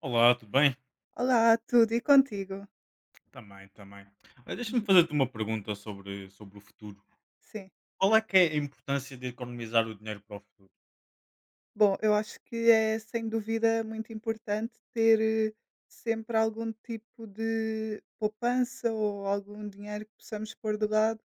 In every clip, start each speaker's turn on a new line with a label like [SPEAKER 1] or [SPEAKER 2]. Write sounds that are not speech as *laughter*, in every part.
[SPEAKER 1] Olá, tudo bem?
[SPEAKER 2] Olá, tudo e contigo?
[SPEAKER 1] Também, também. Deixa-me
[SPEAKER 2] Uhum.
[SPEAKER 1] fazer-te uma pergunta sobre o futuro.
[SPEAKER 2] Sim.
[SPEAKER 1] Qual é que é a importância de economizar o dinheiro para o futuro?
[SPEAKER 2] Bom, eu acho que é sem dúvida muito importante ter, eh, sempre algum tipo de poupança ou algum dinheiro que possamos pôr de lado,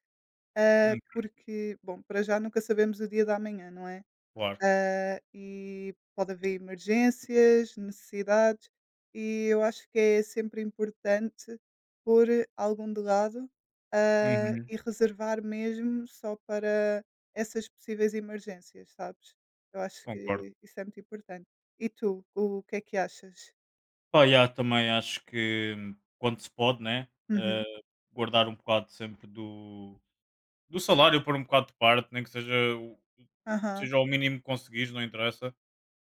[SPEAKER 1] Hum,
[SPEAKER 2] porque, bom, para já nunca sabemos o dia da manhã, não é?
[SPEAKER 1] claro.
[SPEAKER 2] E pode haver emergências, necessidades, e eu acho que é sempre importante pôr algum de lado,
[SPEAKER 1] Uhum,
[SPEAKER 2] e reservar mesmo só para essas possíveis emergências, sabes? Eu acho
[SPEAKER 1] concordo.
[SPEAKER 2] que isso é muito importante. E tu, o que é que achas?
[SPEAKER 1] Pá, já, também acho que, quando se pode, né?
[SPEAKER 2] Uhum.
[SPEAKER 1] Guardar um bocado sempre do salário, pôr um bocado de parte, nem que seja, o-
[SPEAKER 2] Aham,
[SPEAKER 1] seja o mínimo que conseguires, não interessa.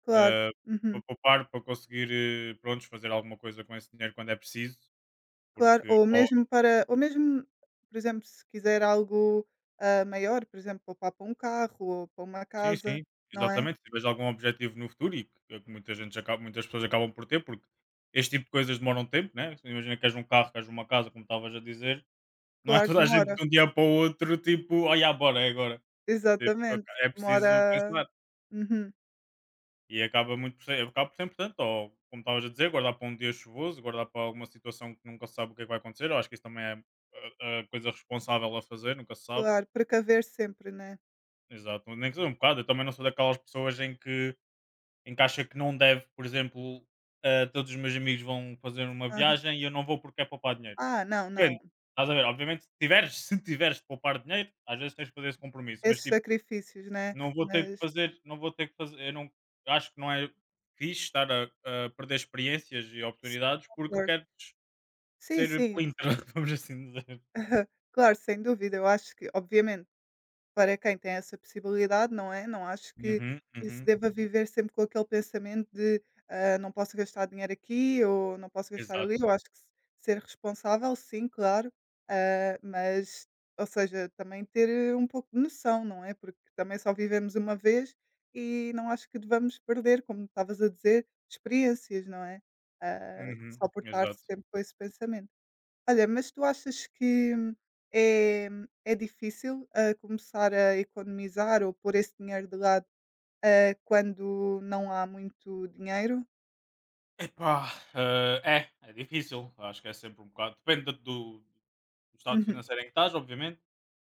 [SPEAKER 2] claro.
[SPEAKER 1] eh,
[SPEAKER 2] Uhum.
[SPEAKER 1] para poupar, para conseguir, prontos, fazer alguma coisa com esse dinheiro quando é preciso,
[SPEAKER 2] Claro,
[SPEAKER 1] porque…
[SPEAKER 2] ou mesmo, por exemplo, se quiser algo, maior, por exemplo, poupar para um carro ou para uma
[SPEAKER 1] Sim, sim,
[SPEAKER 2] casa, não é?
[SPEAKER 1] exatamente. Se tiveres algum objetivo no futuro, e que é que muita gente acaba, muitas pessoas acabam por ter, porque este tipo de coisas demoram tempo, né? Imagina que queres um carro, queres uma casa, como estavas a dizer, não é
[SPEAKER 2] Claro,
[SPEAKER 1] toda a gente
[SPEAKER 2] demora.
[SPEAKER 1] de um dia para o outro, tipo, olha, bora, é agora. Tipo,
[SPEAKER 2] Exatamente.
[SPEAKER 1] é preciso
[SPEAKER 2] Demora,
[SPEAKER 1] pensar.
[SPEAKER 2] uhum,
[SPEAKER 1] E acaba muito por ser, acaba por ser importante, ou como estavas a dizer, guardar para um dia chuvoso, guardar para alguma situação que nunca se sabe o que é que vai acontecer. Eu acho que isso também é a coisa responsável a fazer, nunca se sabe.
[SPEAKER 2] claro, precaver sempre, né.
[SPEAKER 1] Exato, nem que seja um bocado. Eu também não sou daquelas pessoas em que acha que não deve, por exemplo, todos os meus amigos vão fazer uma
[SPEAKER 2] Aham.
[SPEAKER 1] viagem e eu não vou porque é poupar dinheiro.
[SPEAKER 2] Ah, não, não.
[SPEAKER 1] Depende, estás a ver? Obviamente, se tiveres de poupar dinheiro, às vezes tens de fazer esse compromisso, mas
[SPEAKER 2] Esses
[SPEAKER 1] tipo,
[SPEAKER 2] sacrifícios, né,
[SPEAKER 1] não vou ter que
[SPEAKER 2] mas
[SPEAKER 1] fazer, não vou ter que fazer, eu não acho que não é fixe estar a perder experiências e
[SPEAKER 2] sim,
[SPEAKER 1] oportunidades porque
[SPEAKER 2] concordo.
[SPEAKER 1] queres
[SPEAKER 2] Sim,
[SPEAKER 1] ser
[SPEAKER 2] sim,
[SPEAKER 1] plinter, *laughs* vamos assim dizer.
[SPEAKER 2] claro, sem dúvida. Eu acho que, obviamente, para quem tem essa possibilidade, não é? Não acho que
[SPEAKER 1] Uhum,
[SPEAKER 2] que se
[SPEAKER 1] uhum,
[SPEAKER 2] deva viver sempre com aquele pensamento de, não posso gastar dinheiro aqui ou não posso gastar ali.
[SPEAKER 1] exato.
[SPEAKER 2] Eu acho que se ser responsável, sim, claro, mas, ou seja, também ter um pouco de noção, não é? Porque também só vivemos uma vez e não acho que devamos perder, como estavas a dizer, experiências, não é? Ah,
[SPEAKER 1] Uhum,
[SPEAKER 2] só por estar
[SPEAKER 1] exato.
[SPEAKER 2] sempre com esse pensamento. Olha, mas tu achas que é é difícil, começar a economizar ou pôr esse dinheiro de lado, quando não há muito dinheiro?
[SPEAKER 1] Epá, é difícil. Acho que é sempre um bocado. Depende o estado
[SPEAKER 2] Uhum,
[SPEAKER 1] financeiro em que estás, obviamente,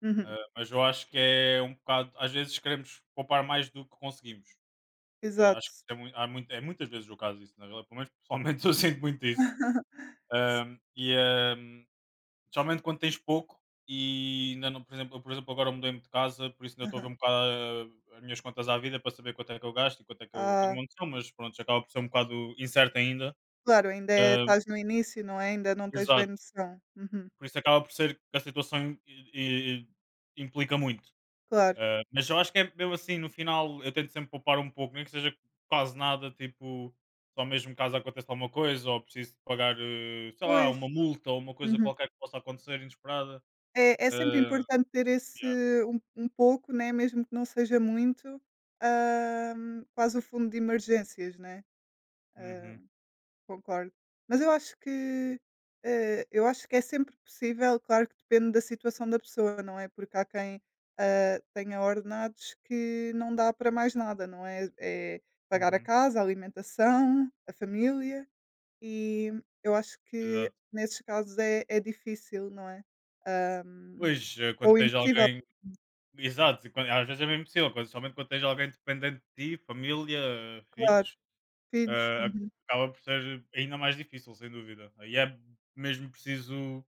[SPEAKER 2] uhum,
[SPEAKER 1] mas eu acho que é um bocado, às vezes queremos poupar mais do que conseguimos. Acho que
[SPEAKER 2] exato.
[SPEAKER 1] há muito, é muitas vezes o caso isso, na realidade, pelo menos pessoalmente, *laughs* eu sinto muito isso. Ahm, e ahm, Especialmente quando tens pouco e ainda não, por exemplo, eu, por exemplo, agora mudei-me de casa, por isso ainda estou a ver um
[SPEAKER 2] Aham.
[SPEAKER 1] bocado, as minhas contas à vida, para saber quanto é que eu gasto e quanto é que eu tenho uma
[SPEAKER 2] Ah,
[SPEAKER 1] noção, mas pronto, já acaba por ser um bocado incerto ainda.
[SPEAKER 2] claro, ainda
[SPEAKER 1] Ahm,
[SPEAKER 2] estás no início, não é? Ainda não tens
[SPEAKER 1] exato.
[SPEAKER 2] bem noção. Uhum,
[SPEAKER 1] Por isso acaba por ser que a situação implica muito.
[SPEAKER 2] claro.
[SPEAKER 1] Mas eu acho que é mesmo assim, no final eu tento sempre poupar um pouco, nem que seja quase nada, tipo, só mesmo caso aconteça alguma coisa, ou preciso pagar, sei lá, uma
[SPEAKER 2] Pois.
[SPEAKER 1] multa ou uma coisa
[SPEAKER 2] Uhum.
[SPEAKER 1] qualquer que possa acontecer inesperada.
[SPEAKER 2] É sempre
[SPEAKER 1] Ah,
[SPEAKER 2] importante ter esse
[SPEAKER 1] yeah.
[SPEAKER 2] um pouco, né, mesmo que não seja muito, quase o fundo de emergências, né? Hã
[SPEAKER 1] Uhum,
[SPEAKER 2] Concordo. Mas eu acho que, é sempre possível, claro que depende da situação da pessoa, não é? Porque há quem, tenha ordenados que não dá para mais nada, não é? É pagar a
[SPEAKER 1] uhum,
[SPEAKER 2] casa, a alimentação, a família, e eu acho que
[SPEAKER 1] exato.
[SPEAKER 2] nesses casos é difícil, não é? Hum,
[SPEAKER 1] Pois, quando
[SPEAKER 2] ou
[SPEAKER 1] tens
[SPEAKER 2] impossível,
[SPEAKER 1] alguém, exato, e às vezes é mesmo possível, quando, somente quando tens alguém dependente de ti, família,
[SPEAKER 2] claro,
[SPEAKER 1] filhos,
[SPEAKER 2] filhos.
[SPEAKER 1] ah,
[SPEAKER 2] Uhum.
[SPEAKER 1] acaba por ser ainda mais difícil, sem dúvida. Aí é mesmo preciso,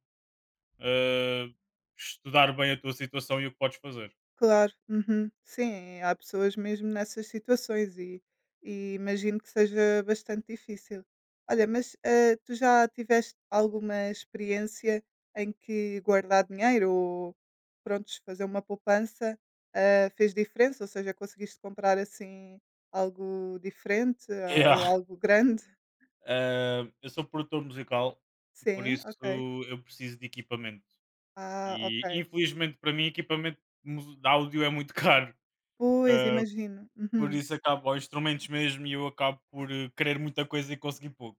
[SPEAKER 1] eh, estudar bem a tua situação e o que podes fazer.
[SPEAKER 2] Claro, uhum. Sim, há pessoas mesmo nessas situações e imagino que seja bastante difícil. Olha, mas tu já tiveste alguma experiência em que guardar dinheiro ou prontos, fazer uma poupança fez diferença? Ou seja, conseguiste comprar assim algo diferente ou
[SPEAKER 1] Yeah.
[SPEAKER 2] algo grande? *laughs*
[SPEAKER 1] Eu sou produtor musical, por
[SPEAKER 2] Sim,
[SPEAKER 1] isso
[SPEAKER 2] ok.
[SPEAKER 1] eu preciso de equipamento.
[SPEAKER 2] Ah,
[SPEAKER 1] E
[SPEAKER 2] ok.
[SPEAKER 1] infelizmente para mim, equipamento de áudio é muito *laughs* caro.
[SPEAKER 2] Pois,
[SPEAKER 1] Eh,
[SPEAKER 2] imagino.
[SPEAKER 1] por
[SPEAKER 2] Uhum.
[SPEAKER 1] isso acabo aos instrumentos mesmo e eu acabo por, querer muita coisa e conseguir pouco.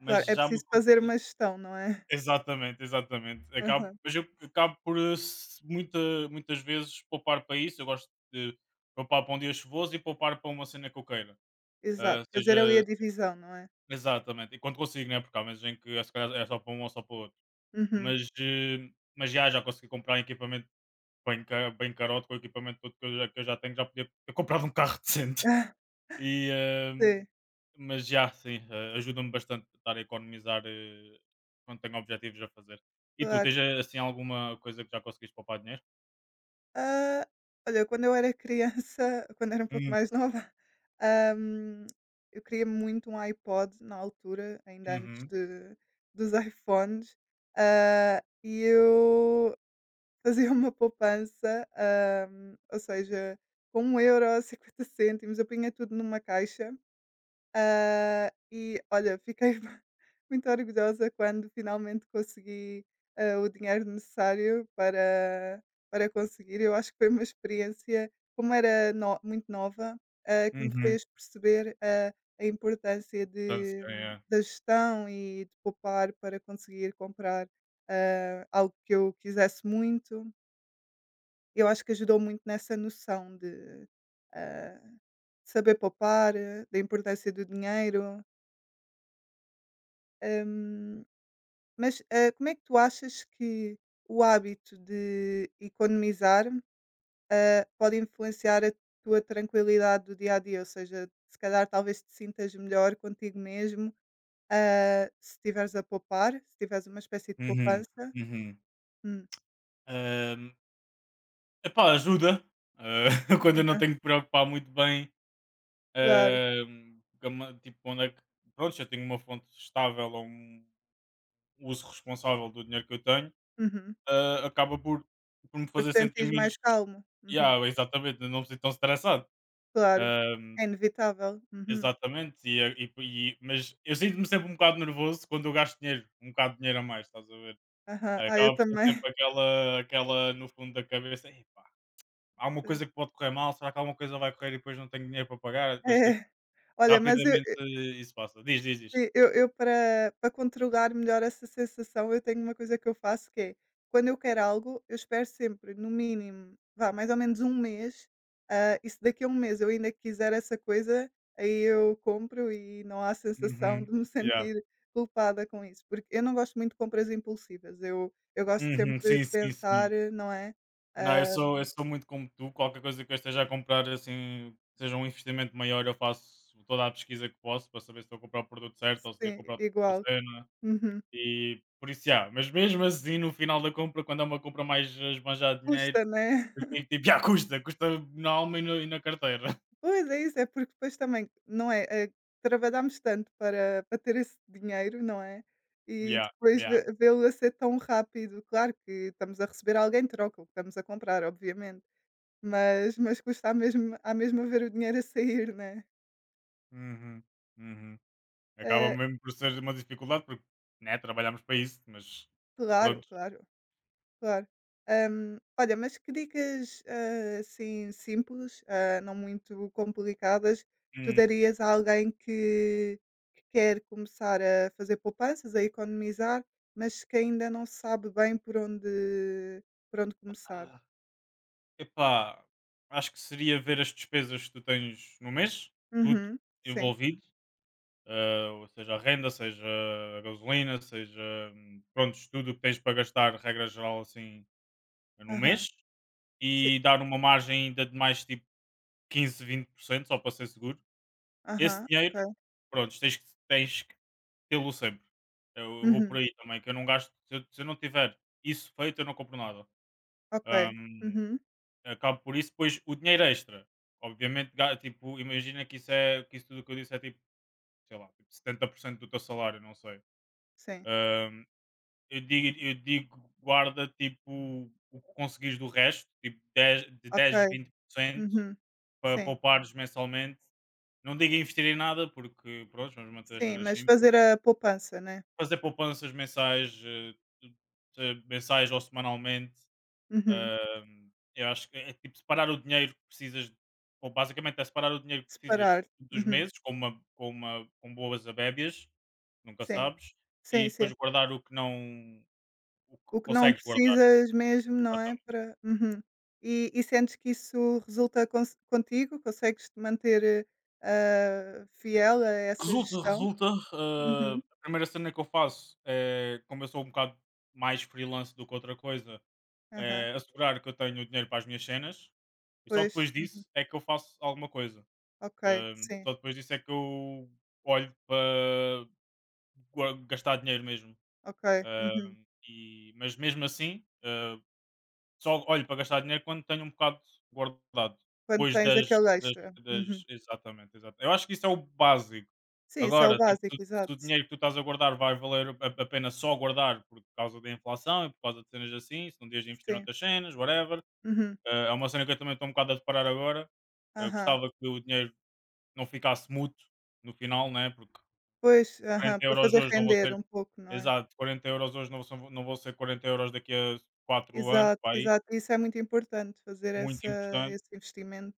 [SPEAKER 1] Mas
[SPEAKER 2] Claro, é
[SPEAKER 1] já me
[SPEAKER 2] preciso fazer
[SPEAKER 1] aconteceu.
[SPEAKER 2] uma gestão, não é?
[SPEAKER 1] Exatamente, exatamente. Acabo,
[SPEAKER 2] *laughs*
[SPEAKER 1] mas eu acabo por, muitas vezes poupar para isso. Eu gosto de poupar para um dia chuvoso e poupar para uma cena que eu queira.
[SPEAKER 2] Exato, fazer ali
[SPEAKER 1] Seja
[SPEAKER 2] a divisão, não é?
[SPEAKER 1] exatamente, e quando consigo, né? Porque há meses em que é, se calhar, é só para um ou só para o outro.
[SPEAKER 2] Uhum.
[SPEAKER 1] Mas, eh, mas já consegui comprar equipamento bem, bem carote. Com o equipamento todo que eu já tenho, já podia ter comprado um carro *laughs* decente.
[SPEAKER 2] Ah,
[SPEAKER 1] E, eh,
[SPEAKER 2] sim,
[SPEAKER 1] mas já, sim, ajuda-me bastante a estar a economizar, quando tenho objetivos a fazer. E tu,
[SPEAKER 2] claro.
[SPEAKER 1] tens, assim alguma coisa que já conseguiste poupar dinheiro?
[SPEAKER 2] Ah, olha, quando eu era criança, *laughs* quando era um pouco
[SPEAKER 1] Hum.
[SPEAKER 2] mais nova, hum, eu queria muito um iPod na altura, ainda antes
[SPEAKER 1] Uhum,
[SPEAKER 2] dos iPhones, e eu *laughs* fazia uma poupança, ou seja, com um euro, 50 cêntimos, eu punha tudo numa caixa. E olha, fiquei *laughs* muito orgulhosa quando finalmente consegui, o dinheiro necessário para conseguir. Eu acho que foi uma experiência, como era no muito nova, que me
[SPEAKER 1] uhum.
[SPEAKER 2] fez perceber, a importância
[SPEAKER 1] Portanto,
[SPEAKER 2] de
[SPEAKER 1] sim, é.
[SPEAKER 2] da gestão e de poupar para conseguir comprar, algo que eu quisesse muito. Eu acho que ajudou muito nessa noção de, ah, saber poupar, da importância do dinheiro. Hum, mas, como é que tu achas que o hábito de economizar, pode influenciar a tua tranquilidade do dia a dia? Ou seja, se calhar talvez te sintas melhor contigo mesmo, se estiveres a poupar, se tiveres uma espécie de
[SPEAKER 1] Uhum,
[SPEAKER 2] poupança. Hum,
[SPEAKER 1] uhum. Epá, ajuda, eh, *laughs* quando eu não
[SPEAKER 2] *laughs*
[SPEAKER 1] tenho que preocupar muito bem,
[SPEAKER 2] claro.
[SPEAKER 1] eh, tipo, onde é que… Pronto, se eu tenho uma fonte estável ou um uso responsável do dinheiro que eu tenho,
[SPEAKER 2] Uhum.
[SPEAKER 1] acaba por me
[SPEAKER 2] Porque
[SPEAKER 1] fazer
[SPEAKER 2] te
[SPEAKER 1] sentir
[SPEAKER 2] sentires mais
[SPEAKER 1] menos.
[SPEAKER 2] calmo. Uhum.
[SPEAKER 1] Yeah, exatamente, eu não me sinto tão estressado.
[SPEAKER 2] Claro.
[SPEAKER 1] Eh,
[SPEAKER 2] É inevitável. Uhum.
[SPEAKER 1] exatamente, mas eu sinto-me sempre um bocado nervoso quando eu gasto dinheiro, um bocado de dinheiro a mais, estás a ver?
[SPEAKER 2] Aham. Ah, eu
[SPEAKER 1] Acaba por ser
[SPEAKER 2] também.
[SPEAKER 1] sempre aquela no fundo da cabeça: "Epá, há uma coisa que
[SPEAKER 2] *laughs*
[SPEAKER 1] pode correr mal, será que alguma coisa vai correr e depois não tenho dinheiro para pagar?" Mas tipo,
[SPEAKER 2] É. Olha, mas eu
[SPEAKER 1] rapidamente, isso passa. Diz, diz, diz.
[SPEAKER 2] sim, eu para controlar melhor essa sensação, eu tenho uma coisa que eu faço que é, quando eu quero algo, eu espero sempre no mínimo, vá, mais ou menos um mês, e se daqui a um mês eu ainda quiser essa coisa, aí eu compro e não há sensação
[SPEAKER 1] Uhum.
[SPEAKER 2] de me *laughs*
[SPEAKER 1] Yeah.
[SPEAKER 2] sentir culpada com isso, porque eu não gosto muito de compras impulsivas, eu gosto
[SPEAKER 1] Uhum.
[SPEAKER 2] sempre
[SPEAKER 1] Sim,
[SPEAKER 2] de
[SPEAKER 1] sim,
[SPEAKER 2] pensar,
[SPEAKER 1] sim.
[SPEAKER 2] não é?
[SPEAKER 1] Não, eu
[SPEAKER 2] Ah,
[SPEAKER 1] sou, eu sou muito como tu. Qualquer coisa que eu esteja a comprar, assim, que seja um investimento maior, eu faço toda a pesquisa que posso para saber se estou a comprar o produto certo ou se devo
[SPEAKER 2] sim,
[SPEAKER 1] comprar outra
[SPEAKER 2] igual.
[SPEAKER 1] cena.
[SPEAKER 2] Uhum.
[SPEAKER 1] E por isso, já. Mas mesmo assim, no final da compra, quando é uma compra mais a esbanjar dinheiro,
[SPEAKER 2] Custa, né?
[SPEAKER 1] eu fico tipo, já custa, custa na alma e, no- e na carteira. *laughs*
[SPEAKER 2] Pois, é isso, é porque depois também, não é, trabalhámos tanto para ter esse dinheiro, não é, e
[SPEAKER 1] Já,
[SPEAKER 2] depois
[SPEAKER 1] já.
[SPEAKER 2] vê vê-lo a ser tão rápido. Claro que estamos a receber alguém troca o que estamos a comprar, obviamente, mas custa a mesmo a mesma ver o dinheiro a sair, né.
[SPEAKER 1] Uhum, uhum. Acaba
[SPEAKER 2] Eh,
[SPEAKER 1] mesmo por ser uma dificuldade, porque, né, trabalhamos para isso, mas
[SPEAKER 2] claro,
[SPEAKER 1] pronto.
[SPEAKER 2] claro. Claro. Olha, mas que dicas, assim, simples, não muito complicadas, tu darias a alguém que quer começar a fazer poupanças, a economizar, mas que ainda não sabe bem por onde começar?
[SPEAKER 1] Epá, acho que seria ver as despesas que tu tens no mês, tudo
[SPEAKER 2] Uhum. Sim.
[SPEAKER 1] envolvido, ou seja, a renda, seja a gasolina, seja, prontos, tudo o que tens para gastar, regra geral, assim, no
[SPEAKER 2] Aham.
[SPEAKER 1] mês,
[SPEAKER 2] Sim.
[SPEAKER 1] e dar uma margem ainda de mais tipo 15, 20%, só para ser seguro. Esse
[SPEAKER 2] Aham.
[SPEAKER 1] dinheiro,
[SPEAKER 2] Ok.
[SPEAKER 1] pronto, tens que tê-lo sempre. Eu vou por
[SPEAKER 2] Uhum.
[SPEAKER 1] aí também, que eu não gasto. Se eu, não tiver isso feito, eu não compro nada.
[SPEAKER 2] Ok.
[SPEAKER 1] Hum,
[SPEAKER 2] Uhum.
[SPEAKER 1] acabo por isso. Pois o dinheiro extra, obviamente, tipo, imagina que isso é que isso tudo que eu disse é tipo, sei lá, tipo 70% do teu salário, não sei.
[SPEAKER 2] Sim.
[SPEAKER 1] Ahm, eu digo, guarda tipo o que conseguires do resto, tipo dez de
[SPEAKER 2] Ok.
[SPEAKER 1] dez 20%
[SPEAKER 2] Uhum.
[SPEAKER 1] para
[SPEAKER 2] Sim,
[SPEAKER 1] poupares mensalmente. Não digo investir em nada, porque pronto, vamos manter as
[SPEAKER 2] Sim,
[SPEAKER 1] cenas
[SPEAKER 2] mas
[SPEAKER 1] simples.
[SPEAKER 2] fazer a poupança, né?
[SPEAKER 1] Fazer poupanças mensais, mensais ou semanalmente.
[SPEAKER 2] Uhum.
[SPEAKER 1] Eu acho que é tipo separar o dinheiro que precisas, ou basicamente é separar o dinheiro que precisas
[SPEAKER 2] Separar.
[SPEAKER 1] dos
[SPEAKER 2] Uhum.
[SPEAKER 1] meses com uma, com boas abébias, nunca
[SPEAKER 2] Sim.
[SPEAKER 1] sabes, e
[SPEAKER 2] Sim,
[SPEAKER 1] depois
[SPEAKER 2] sim.
[SPEAKER 1] guardar o que não o que
[SPEAKER 2] O que não
[SPEAKER 1] consegues guardar.
[SPEAKER 2] precisas mesmo, não é,
[SPEAKER 1] Exatamente.
[SPEAKER 2] para uhum. E sentes que isso resulta conse contigo? Consegues-te manter, fiel a essa
[SPEAKER 1] Resulta,
[SPEAKER 2] gestão?
[SPEAKER 1] resulta.
[SPEAKER 2] Uhum.
[SPEAKER 1] A primeira cena que eu faço é, como eu sou um bocado mais freelance do que outra coisa,
[SPEAKER 2] Aham.
[SPEAKER 1] é assegurar que eu tenho dinheiro para as minhas cenas, e só depois
[SPEAKER 2] Pois. Uhum.
[SPEAKER 1] disso é que eu faço alguma coisa.
[SPEAKER 2] Ok. Sim.
[SPEAKER 1] Só depois disso é que eu olho para gastar dinheiro mesmo.
[SPEAKER 2] Ok.
[SPEAKER 1] Ah,
[SPEAKER 2] Uhum.
[SPEAKER 1] mas mesmo assim, só olho para gastar dinheiro quando tenho um bocado guardado.
[SPEAKER 2] Quando
[SPEAKER 1] Depois
[SPEAKER 2] tens
[SPEAKER 1] das,
[SPEAKER 2] aquele
[SPEAKER 1] das,
[SPEAKER 2] extra. Uhum.
[SPEAKER 1] das- Exatamente, exato. Eu acho que isso é o básico.
[SPEAKER 2] Sim, isso é o
[SPEAKER 1] Agora, tipo, se,
[SPEAKER 2] básico,
[SPEAKER 1] se o
[SPEAKER 2] exato.
[SPEAKER 1] dinheiro que tu estás a guardar vai valer a pena só guardar por causa da inflação e por causa de cenas assim, se não devias investir
[SPEAKER 2] Sim.
[SPEAKER 1] noutras cenas, whatever.
[SPEAKER 2] Uhum.
[SPEAKER 1] É uma cena que eu também estou um bocado a deparar agora. Eu
[SPEAKER 2] Aham.
[SPEAKER 1] gostava que o dinheiro não ficasse mútuo no final, né? Porque
[SPEAKER 2] Pois. Aham.
[SPEAKER 1] 40
[SPEAKER 2] Para
[SPEAKER 1] euros
[SPEAKER 2] fazer
[SPEAKER 1] hoje não vão ser…
[SPEAKER 2] render um pouco, não é?
[SPEAKER 1] Exato, 40 euros hoje não vão ser 40€ daqui a 4 anos,
[SPEAKER 2] Exato,
[SPEAKER 1] para aí,
[SPEAKER 2] exato. Isso é muito importante, fazer
[SPEAKER 1] muito
[SPEAKER 2] essa
[SPEAKER 1] importante.
[SPEAKER 2] esse investimento.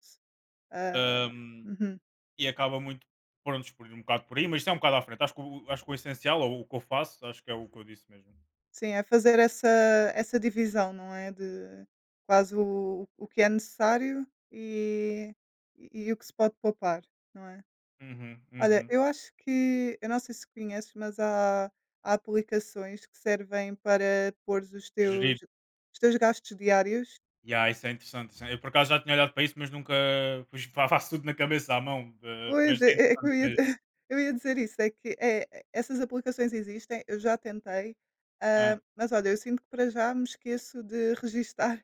[SPEAKER 2] Hã,
[SPEAKER 1] hum,
[SPEAKER 2] uhum.
[SPEAKER 1] e acaba muito, pronto, por ir um bocado por aí, mas isto é um bocado à frente. Acho que o essencial, ou o que eu faço, acho que é o que eu disse mesmo.
[SPEAKER 2] Sim, é fazer essa divisão, não é, de quase o que é necessário e o que se pode poupar, não é?
[SPEAKER 1] Uhum,
[SPEAKER 2] Olha,
[SPEAKER 1] uhum.
[SPEAKER 2] eu acho que eu não sei se conheces, mas há aplicações que servem para pôr
[SPEAKER 1] Gerir.
[SPEAKER 2] os teus gastos diários.
[SPEAKER 1] Yeah, isso é interessante. Isso é… eu por acaso já tinha olhado para isso, mas nunca. *laughs* Pois fa faço tudo na cabeça, à mão, mas
[SPEAKER 2] Pois,
[SPEAKER 1] é
[SPEAKER 2] é que
[SPEAKER 1] interessante
[SPEAKER 2] eu ia
[SPEAKER 1] mesmo.
[SPEAKER 2] *laughs* eu ia dizer isso, é que, essas aplicações existem, eu já tentei,
[SPEAKER 1] Hã.
[SPEAKER 2] mas olha, eu sinto que para já me esqueço de registar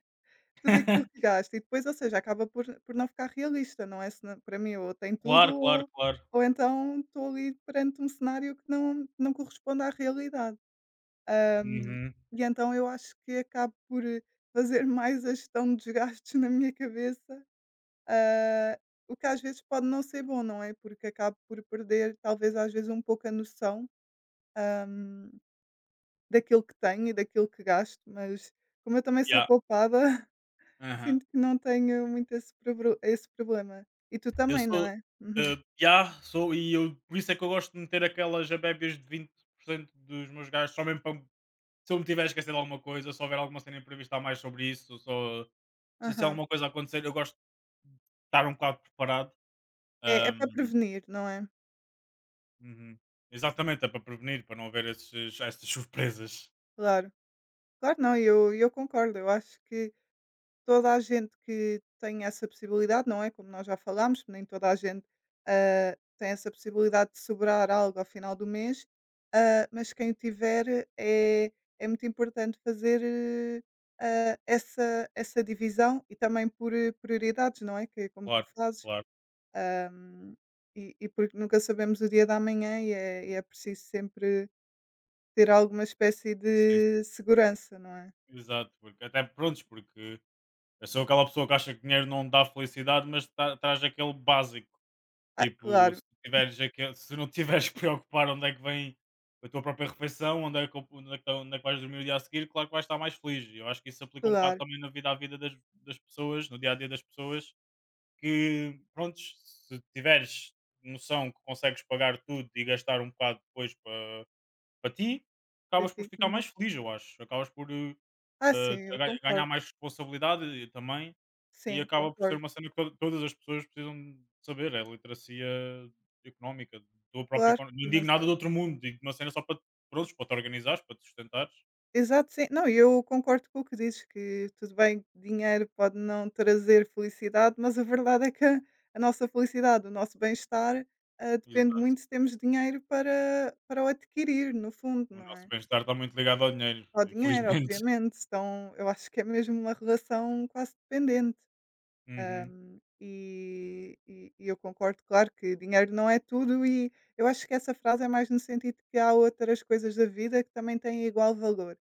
[SPEAKER 2] tudo aquilo que
[SPEAKER 1] *laughs*
[SPEAKER 2] gasta e depois, ou seja, acaba por não ficar realista, não é? Se não para mim ou tem tudo
[SPEAKER 1] Claro, claro,
[SPEAKER 2] ou
[SPEAKER 1] claro.
[SPEAKER 2] então estou ali perante um cenário que não corresponde à realidade. Hum,
[SPEAKER 1] Uhum.
[SPEAKER 2] e então eu acho que acabo por fazer *laughs* mais a gestão dos gastos na minha cabeça, ah, o que às vezes pode não ser bom, não é? Porque acabo por perder talvez às vezes um pouco a noção, hum, daquilo que tenho e daquilo que gasto, mas como eu também sou
[SPEAKER 1] Yeah.
[SPEAKER 2] poupada,
[SPEAKER 1] Aham.
[SPEAKER 2] sinto que não tenho muito esse probro esse problema. E tu
[SPEAKER 1] Eu
[SPEAKER 2] também, não
[SPEAKER 1] sou,
[SPEAKER 2] é? Uhum.
[SPEAKER 1] yeah, sou. E eu, por isso é que eu gosto de meter aquelas abébias de 20% dos meus gastos, só mesmo para… se eu me tiver a… de alguma coisa, se houver alguma cena imprevista a mais sobre isso, só se
[SPEAKER 2] Aham.
[SPEAKER 1] alguma coisa acontecer, eu gosto de estar um bocado preparado.
[SPEAKER 2] É para
[SPEAKER 1] Hum,
[SPEAKER 2] prevenir, não é?
[SPEAKER 1] uhum. Exatamente, é para prevenir, para não haver esses essas surpresas.
[SPEAKER 2] Claro. Claro, não, eu concordo. Eu acho que toda a gente que tem essa possibilidade, não é, como nós já falámos, nem toda a gente, tem essa possibilidade de sobrar algo ao final do mês, mas quem o tiver é muito importante fazer, essa divisão e também por prioridades, não é, que é como tu
[SPEAKER 1] Claro,
[SPEAKER 2] fazes.
[SPEAKER 1] claro.
[SPEAKER 2] hum, E, porque nunca sabemos o dia da amanhã e é preciso sempre ter alguma espécie
[SPEAKER 1] Sim, sim,
[SPEAKER 2] de segurança, não é?
[SPEAKER 1] exato, porque até prontos, porque eu sou aquela pessoa que acha que dinheiro não dá felicidade, mas traz aquele básico.
[SPEAKER 2] Ah,
[SPEAKER 1] Tipo,
[SPEAKER 2] claro,
[SPEAKER 1] se tiveres aquele… se não te tiveres *laughs* que preocupar onde é que vem a tua própria refeição, onde é que tá, onde é que vais dormir o dia a seguir, claro que vais estar mais feliz. E eu acho que isso se aplica um bocado
[SPEAKER 2] claro,
[SPEAKER 1] também na vida à vida das pessoas, no dia a dia das pessoas, que pronto, se tiveres noção que consegues pagar tudo e gastar um bocado depois para ti,
[SPEAKER 2] para
[SPEAKER 1] acabas por
[SPEAKER 2] ti.
[SPEAKER 1] ficar mais
[SPEAKER 2] Uhum.
[SPEAKER 1] feliz, eu acho. Acabas por,
[SPEAKER 2] Ah, sim, eu
[SPEAKER 1] ganhar
[SPEAKER 2] concordo.
[SPEAKER 1] mais responsabilidade também, e
[SPEAKER 2] Sim,
[SPEAKER 1] acaba por ser
[SPEAKER 2] concordo.
[SPEAKER 1] uma cena que todas as pessoas precisam de saber, é a literacia económica,
[SPEAKER 2] Claro,
[SPEAKER 1] Não digo nada
[SPEAKER 2] financeiro.
[SPEAKER 1] do outro mundo, digo uma cena só para, prontos, para te organizares, para te sustentares.
[SPEAKER 2] Exato, sim. Não, eu concordo com o que dizes, que tudo bem, dinheiro pode não trazer felicidade, mas a verdade é que a, nossa felicidade, o nosso bem-estar, depende
[SPEAKER 1] Exato.
[SPEAKER 2] muito se temos dinheiro para o adquirir, no fundo,
[SPEAKER 1] O
[SPEAKER 2] não
[SPEAKER 1] nosso
[SPEAKER 2] é?
[SPEAKER 1] bem-estar está muito ligado ao dinheiro,
[SPEAKER 2] Ao dinheiro,
[SPEAKER 1] infelizmente. *laughs*
[SPEAKER 2] obviamente, então, eu acho que é mesmo uma relação quase dependente,
[SPEAKER 1] Uhum.
[SPEAKER 2] e eu concordo, claro, que dinheiro não é tudo e eu acho que essa frase é mais no sentido que há outras coisas da vida que também têm igual valor,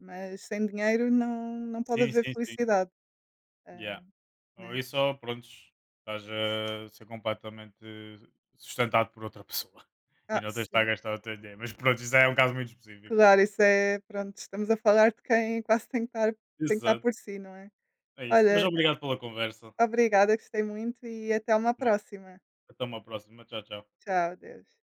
[SPEAKER 2] mas sem dinheiro não pode
[SPEAKER 1] Sim,
[SPEAKER 2] haver
[SPEAKER 1] sim, sim.
[SPEAKER 2] felicidade,
[SPEAKER 1] Yeah.
[SPEAKER 2] hum,
[SPEAKER 1] Ou
[SPEAKER 2] né.
[SPEAKER 1] isso, ou, prontos, estás a ser completamente sustentado por outra pessoa *laughs* e
[SPEAKER 2] Ah,
[SPEAKER 1] não tens de estar a
[SPEAKER 2] sim,
[SPEAKER 1] gastar o teu dinheiro. Mas pronto, isso é um caso muito específico.
[SPEAKER 2] claro, isso é pronto, estamos a falar de quem quase tem que estar
[SPEAKER 1] Exato.
[SPEAKER 2] por si, não é.
[SPEAKER 1] É isso. Mas
[SPEAKER 2] Olha,
[SPEAKER 1] obrigado pela conversa.
[SPEAKER 2] obrigada, gostei muito e até uma próxima.
[SPEAKER 1] Até uma próxima. Tchau, tchau.
[SPEAKER 2] Tchau, Deus.